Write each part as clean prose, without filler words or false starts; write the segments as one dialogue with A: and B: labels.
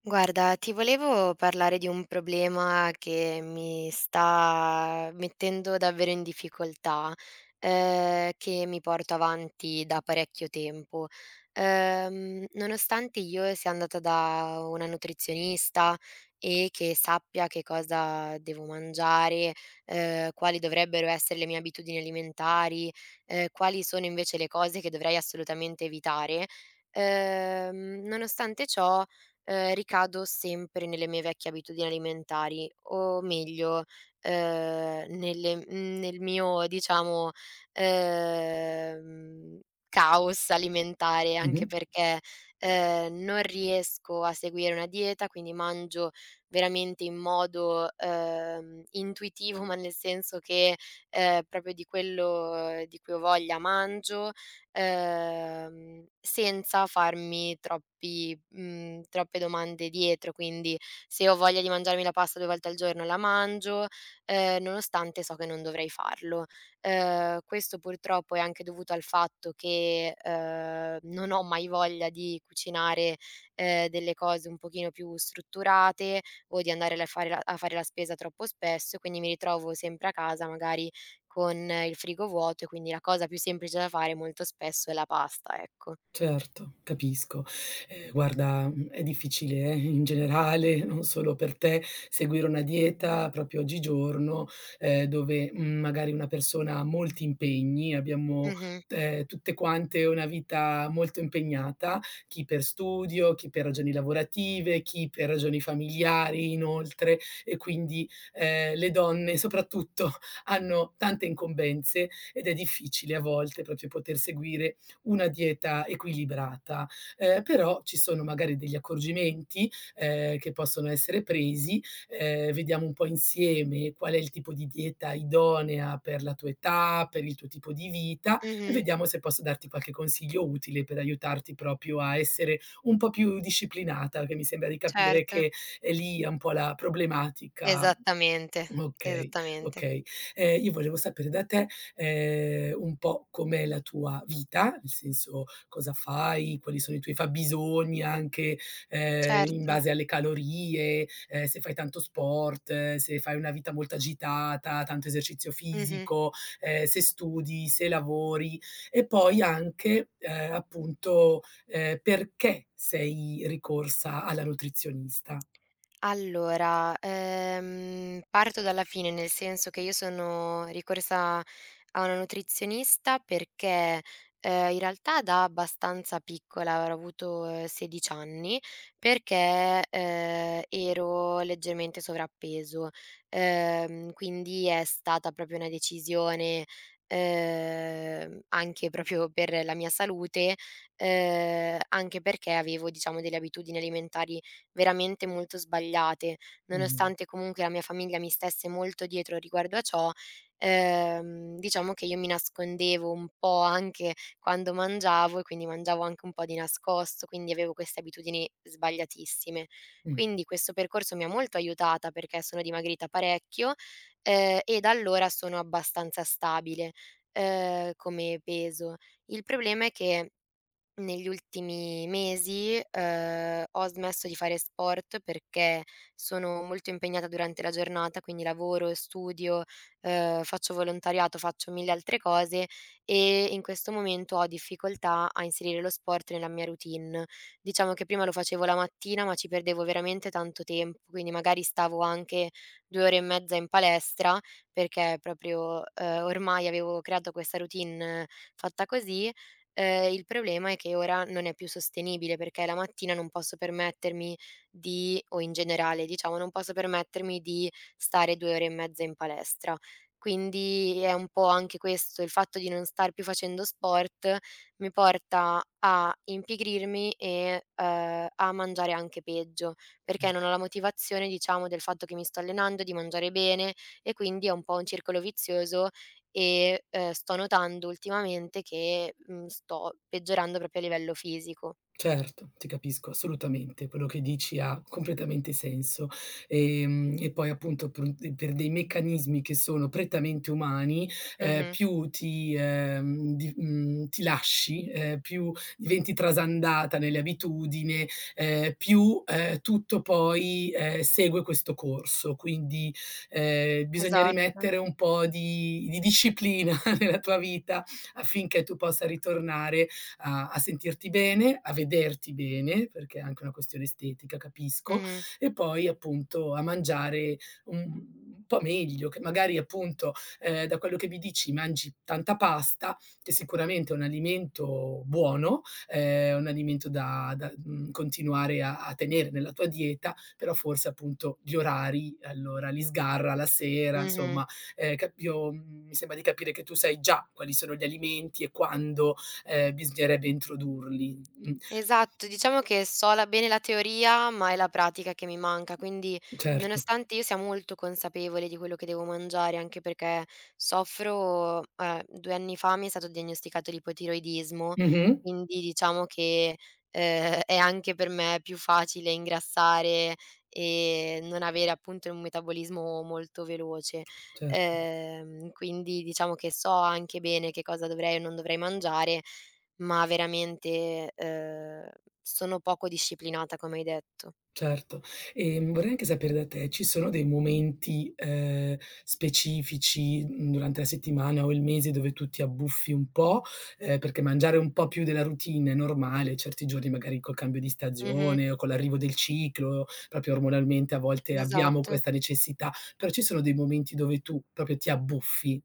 A: Guarda, ti volevo parlare di un problema che mi sta mettendo davvero in difficoltà, che mi porto avanti da parecchio tempo. Nonostante io sia andata da una nutrizionista e che sappia che cosa devo mangiare, quali dovrebbero essere le mie abitudini alimentari, quali sono invece le cose che dovrei assolutamente evitare, nonostante ciò ricado sempre nelle mie vecchie abitudini alimentari, o meglio, nel mio, diciamo, ehm, caos alimentare, anche
B: Mh-mh.
A: perché, non riesco a seguire una dieta, quindi mangio veramente in modo, intuitivo, ma nel senso che, proprio di quello di cui ho voglia mangio, senza farmi troppe domande dietro. Quindi se ho voglia di mangiarmi la pasta 2 volte al giorno la mangio, nonostante so che non dovrei farlo. Questo purtroppo è anche dovuto al fatto che, non ho mai voglia di cucinare, delle cose un pochino più strutturate o di andare la fare la a fare la spesa troppo spesso, quindi mi ritrovo sempre a casa magari con il frigo vuoto, e quindi la cosa più semplice da fare molto spesso è la pasta, ecco.
B: Certo, capisco. Guarda, è difficile, in generale, non solo per te, seguire una dieta proprio oggigiorno, dove, magari una persona ha molti impegni, abbiamo,
A: Mh-mh,
B: tutte quante una vita molto impegnata, chi per studio, chi per ragioni lavorative, chi per ragioni familiari inoltre, e quindi, le donne soprattutto hanno tante incombenze ed è difficile a volte proprio poter seguire una dieta equilibrata. Però ci sono magari degli accorgimenti, che possono essere presi, vediamo un po' insieme qual è il tipo di dieta idonea per la tua età, per il tuo tipo di vita e
A: mh-mh,
B: vediamo se posso darti qualche consiglio utile per aiutarti proprio a essere un po' più disciplinata, che mi sembra di capire
A: certo,
B: che è lì un po' la problematica.
A: esattamente,
B: Okay,
A: esattamente,
B: okay. Io volevo sapere da te un po' com'è la tua vita, nel senso cosa fai, quali sono i tuoi fabbisogni anche, in
A: certo,
B: base alle calorie, se fai tanto sport, se fai una vita molto agitata, tanto esercizio
A: mh-mh.
B: fisico, se studi, se lavori e poi anche, appunto, perché sei ricorsa alla nutrizionista.
A: Allora, parto dalla fine, nel senso che io sono ricorsa a una nutrizionista perché, in realtà da abbastanza piccola, avrò avuto, 16 anni, perché, ero leggermente sovrappeso. Quindi è stata proprio una decisione, anche proprio per la mia salute, anche perché avevo, diciamo, delle abitudini alimentari veramente molto sbagliate.
B: Mh, mh,
A: Nonostante comunque la mia famiglia mi stesse molto dietro riguardo a ciò, diciamo che io mi nascondevo un po' anche quando mangiavo e quindi mangiavo anche un po' di nascosto, quindi avevo queste abitudini sbagliatissime.
B: mh.
A: Quindi questo percorso mi ha molto aiutata perché sono dimagrita parecchio, e da allora sono abbastanza stabile, come peso. Il problema è che negli ultimi mesi, ho smesso di fare sport perché sono molto impegnata durante la giornata, quindi lavoro, studio, faccio volontariato, faccio 1000 altre cose e in questo momento ho difficoltà a inserire lo sport nella mia routine. Diciamo che prima lo facevo la mattina, ma ci perdevo veramente tanto tempo, quindi magari stavo anche 2 ore e mezza in palestra perché proprio, ormai avevo creato questa routine fatta così. Il problema è che ora non è più sostenibile, perché la mattina non posso permettermi di o in generale, diciamo, non posso permettermi di stare 2 ore e mezza in palestra. Quindi è un po' anche questo, il fatto di non star più facendo sport mi porta a impigrirmi e, a mangiare anche peggio, perché non ho la motivazione, diciamo, del fatto che mi sto allenando, di mangiare bene e quindi è un po' un circolo vizioso e, sto notando ultimamente che, sto peggiorando proprio a livello fisico.
B: Certo, ti capisco assolutamente, quello che dici ha completamente senso. E poi appunto per un per dei meccanismi che sono prettamente umani,
A: Mh-mh.
B: più ti lasci, più diventi trasandata nelle abitudini, più, tutto poi, segue questo corso. Quindi, bisogna
A: Esatto.
B: rimettere un po' di disciplina nella tua vita affinché tu possa ritornare a sentirti bene, a vederti bene, perché è anche una questione estetica, capisco,
A: Mh-mh,
B: e poi appunto a mangiare un un po' meglio, che magari appunto, da quello che mi dici mangi tanta pasta, che sicuramente è un alimento buono, un alimento da continuare a tenere nella tua dieta, però forse appunto gli orari allora li sgarra la sera,
A: mh-mh.
B: insomma, mi sembra di capire che tu sai già quali sono gli alimenti e quando, bisognerebbe introdurli.
A: Esatto, diciamo che so la bene la teoria, ma è la pratica che mi manca, quindi
B: Certo.
A: nonostante io sia molto consapevole di quello che devo mangiare, anche perché soffro 2 anni fa mi è stato diagnosticato l'ipotiroidismo,
B: Mh-mh.
A: quindi diciamo che, è anche per me più facile ingrassare e non avere appunto un metabolismo molto veloce.
B: Certo,
A: Quindi diciamo che so anche bene che cosa dovrei o non dovrei mangiare, ma veramente, sono poco disciplinata, come hai detto.
B: certo. Vorrei anche sapere da te, ci sono dei momenti, specifici, durante la settimana o il mese dove tu ti abbuffi un po'? Perché mangiare un po' più della routine è normale, certi giorni magari col cambio di
A: Mh-mh,
B: stagione o con l'arrivo del ciclo, proprio ormonalmente a volte abbiamo
A: esatto.
B: questa necessità, però ci sono dei momenti dove tu proprio ti abbuffi?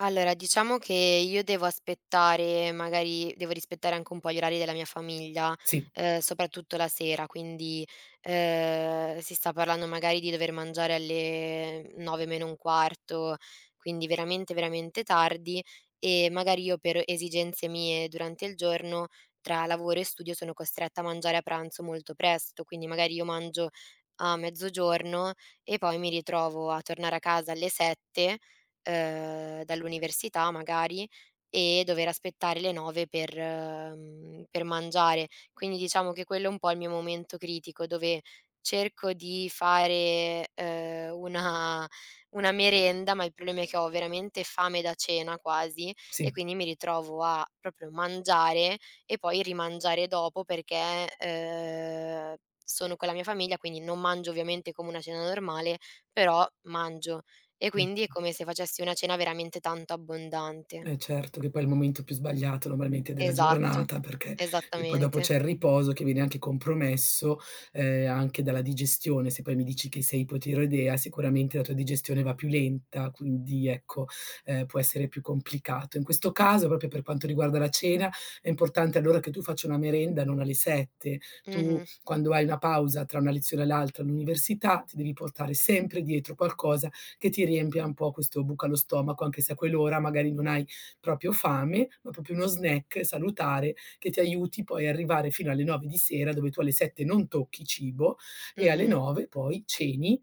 A: Allora, diciamo che io devo aspettare magari devo rispettare anche un po' gli orari della mia famiglia,
B: Sì,
A: soprattutto la sera, quindi, si sta parlando magari di dover mangiare alle 9 meno un quarto, quindi veramente, veramente tardi e magari io per esigenze mie durante il giorno, tra lavoro e studio, sono costretta a mangiare a pranzo molto presto, quindi magari io mangio a mezzogiorno e poi mi ritrovo a tornare a casa alle 7 dall'università magari e dover aspettare le 9 per mangiare. Quindi diciamo che quello è un po' il mio momento critico, dove cerco di fare, una merenda, ma il problema è che ho veramente fame da cena quasi e
B: sì,
A: quindi mi ritrovo a proprio mangiare e poi rimangiare dopo perché, sono con la mia famiglia, quindi non mangio ovviamente come una cena normale, però mangio. E quindi
B: certo.
A: è come se facessi una cena veramente tanto abbondante.
B: Eh certo, che poi è il momento più sbagliato normalmente della
A: Esatto,
B: giornata, perché e poi dopo
A: esattamente.
B: c'è il riposo che viene anche compromesso, anche dalla digestione. Se poi mi dici che sei ipotiroidea, sicuramente la tua digestione va più lenta, quindi ecco, può essere più complicato. In questo caso, proprio per quanto riguarda la cena, è importante allora che tu faccia una merenda non alle 7. Tu
A: Mh-mh,
B: quando hai una pausa tra una lezione e l'altra all'università, ti devi portare sempre dietro qualcosa che ti riempia un po' questo buco allo stomaco, anche se a quell'ora magari non hai proprio fame, ma proprio uno snack salutare che ti aiuti poi a arrivare fino alle 9 di sera, dove tu alle 7 non tocchi cibo e alle
A: mh-mh,
B: 9 poi ceni,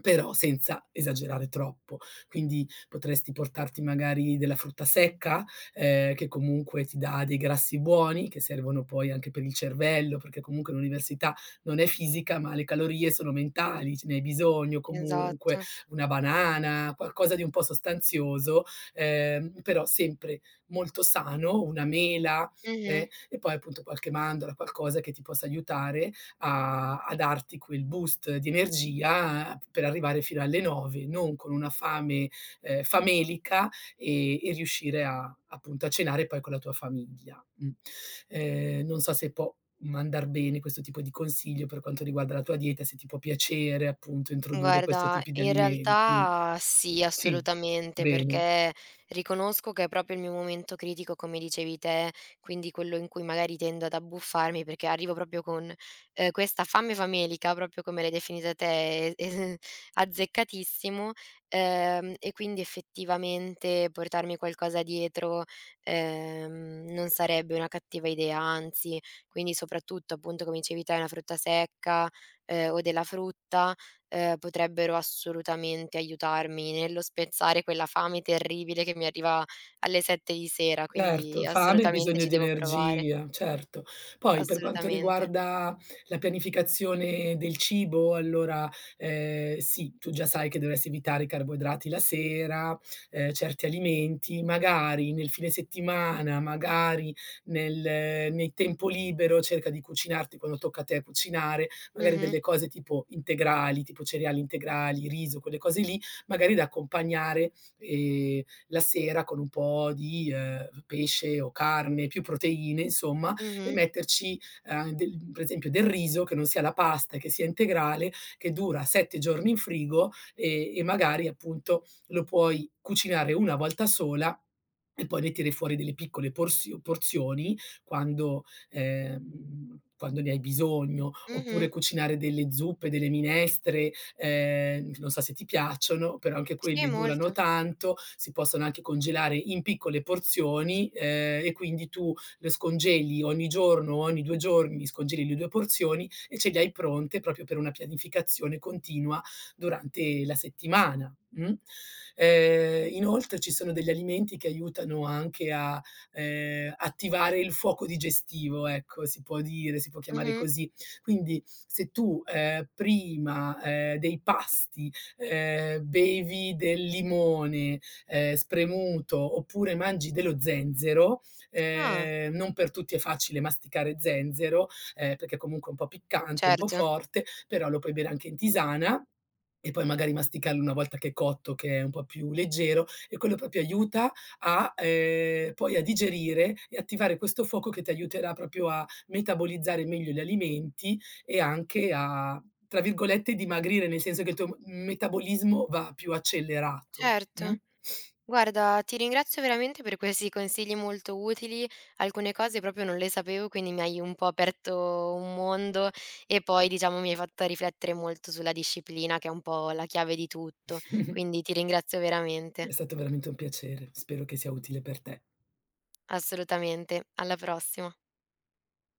B: però senza esagerare troppo. Quindi potresti portarti magari della frutta secca, che comunque ti dà dei grassi buoni, che servono poi anche per il cervello, perché comunque l'università non è fisica, ma le calorie sono mentali, ce ne hai bisogno comunque,
A: esatto.
B: una banana, qualcosa di un po' sostanzioso però sempre molto sano, una mela,
A: Mh-mh.
B: e poi appunto qualche mandorla, qualcosa che ti possa aiutare a darti quel boost di energia per arrivare fino alle 9, non con una fame, famelica e riuscire a appunto a cenare poi con la tua famiglia. Mh. Non so se può andar bene questo tipo di consiglio per quanto riguarda la tua dieta, se ti può piacere appunto introdurre questo
A: Guarda,
B: tipi di
A: in
B: alimenti.
A: realtà sì,
B: Sì,
A: assolutamente,
B: bene.
A: perché riconosco che è proprio il mio momento critico, come dicevi te, quindi quello in cui magari tendo ad abbuffarmi, perché arrivo proprio con, questa fame famelica, proprio come l'hai definita te, e azzeccatissimo, e quindi effettivamente portarmi qualcosa dietro, non sarebbe una cattiva idea, anzi, quindi soprattutto appunto come dicevi te una frutta secca, o della frutta potrebbero assolutamente aiutarmi nello spezzare quella fame terribile che mi arriva alle 7 di sera, quindi
B: Certo, fame e
A: assolutamente
B: bisogno
A: ci
B: di
A: devo provare.
B: energia, certo. Poi per quanto
A: Assolutamente.
B: riguarda la pianificazione del cibo, allora, sì, tu già sai che dovresti evitare i carboidrati la sera, certi alimenti, magari nel fine settimana, magari nel nel tempo libero cerca di cucinarti, quando tocca a te cucinare, magari
A: Mh-mh,
B: delle cose tipo integrali, tipo cereali integrali, riso, quelle cose lì, magari da accompagnare, ehm la sera con un po' di, pesce o carne, più proteine insomma, e
A: mh-mh,
B: metterci, del per esempio del riso che non sia la pasta, che sia integrale, che dura 7 giorni in frigo e magari appunto lo puoi cucinare una volta sola e poi ne tiri fuori delle piccole porzioni quando quando ne hai bisogno, oppure
A: mh-mh.
B: cucinare delle zuppe, delle minestre, non so se ti piacciono, però anche
A: Sì,
B: quelle durano
A: molto.
B: tanto, si possono anche congelare in piccole porzioni, e quindi tu le scongeli ogni giorno, ogni 2 giorni scongeli le 2 porzioni e ce le hai pronte proprio per una pianificazione continua durante la settimana. Mh. Inoltre ci sono degli alimenti che aiutano anche a, attivare il fuoco digestivo, ecco, si può dire, si può chiamare
A: Mh-mh.
B: così. Quindi se tu, prima, dei pasti, bevi del limone, spremuto oppure mangi dello zenzero,
A: Ah,
B: non per tutti è facile masticare zenzero, perché comunque è un po' piccante, un po'
A: certo,
B: forte, però lo puoi bere anche in tisana e poi magari masticarlo una volta che è cotto, che è un po' più leggero e quello proprio aiuta a poi a digerire e attivare questo fuoco che ti aiuterà proprio a metabolizzare meglio gli alimenti e anche a, tra virgolette, "dimagrire", nel senso che il tuo m metabolismo va più accelerato, mh?
A: certo. Guarda, ti ringrazio veramente per questi consigli molto utili. Alcune cose proprio non le sapevo, quindi mi hai un po' aperto un mondo e poi, diciamo, mi hai fatto riflettere molto sulla disciplina, che è un po' la chiave di tutto. Quindi ti ringrazio veramente.
B: È stato veramente un piacere, spero che sia utile per te.
A: Assolutamente. Alla prossima.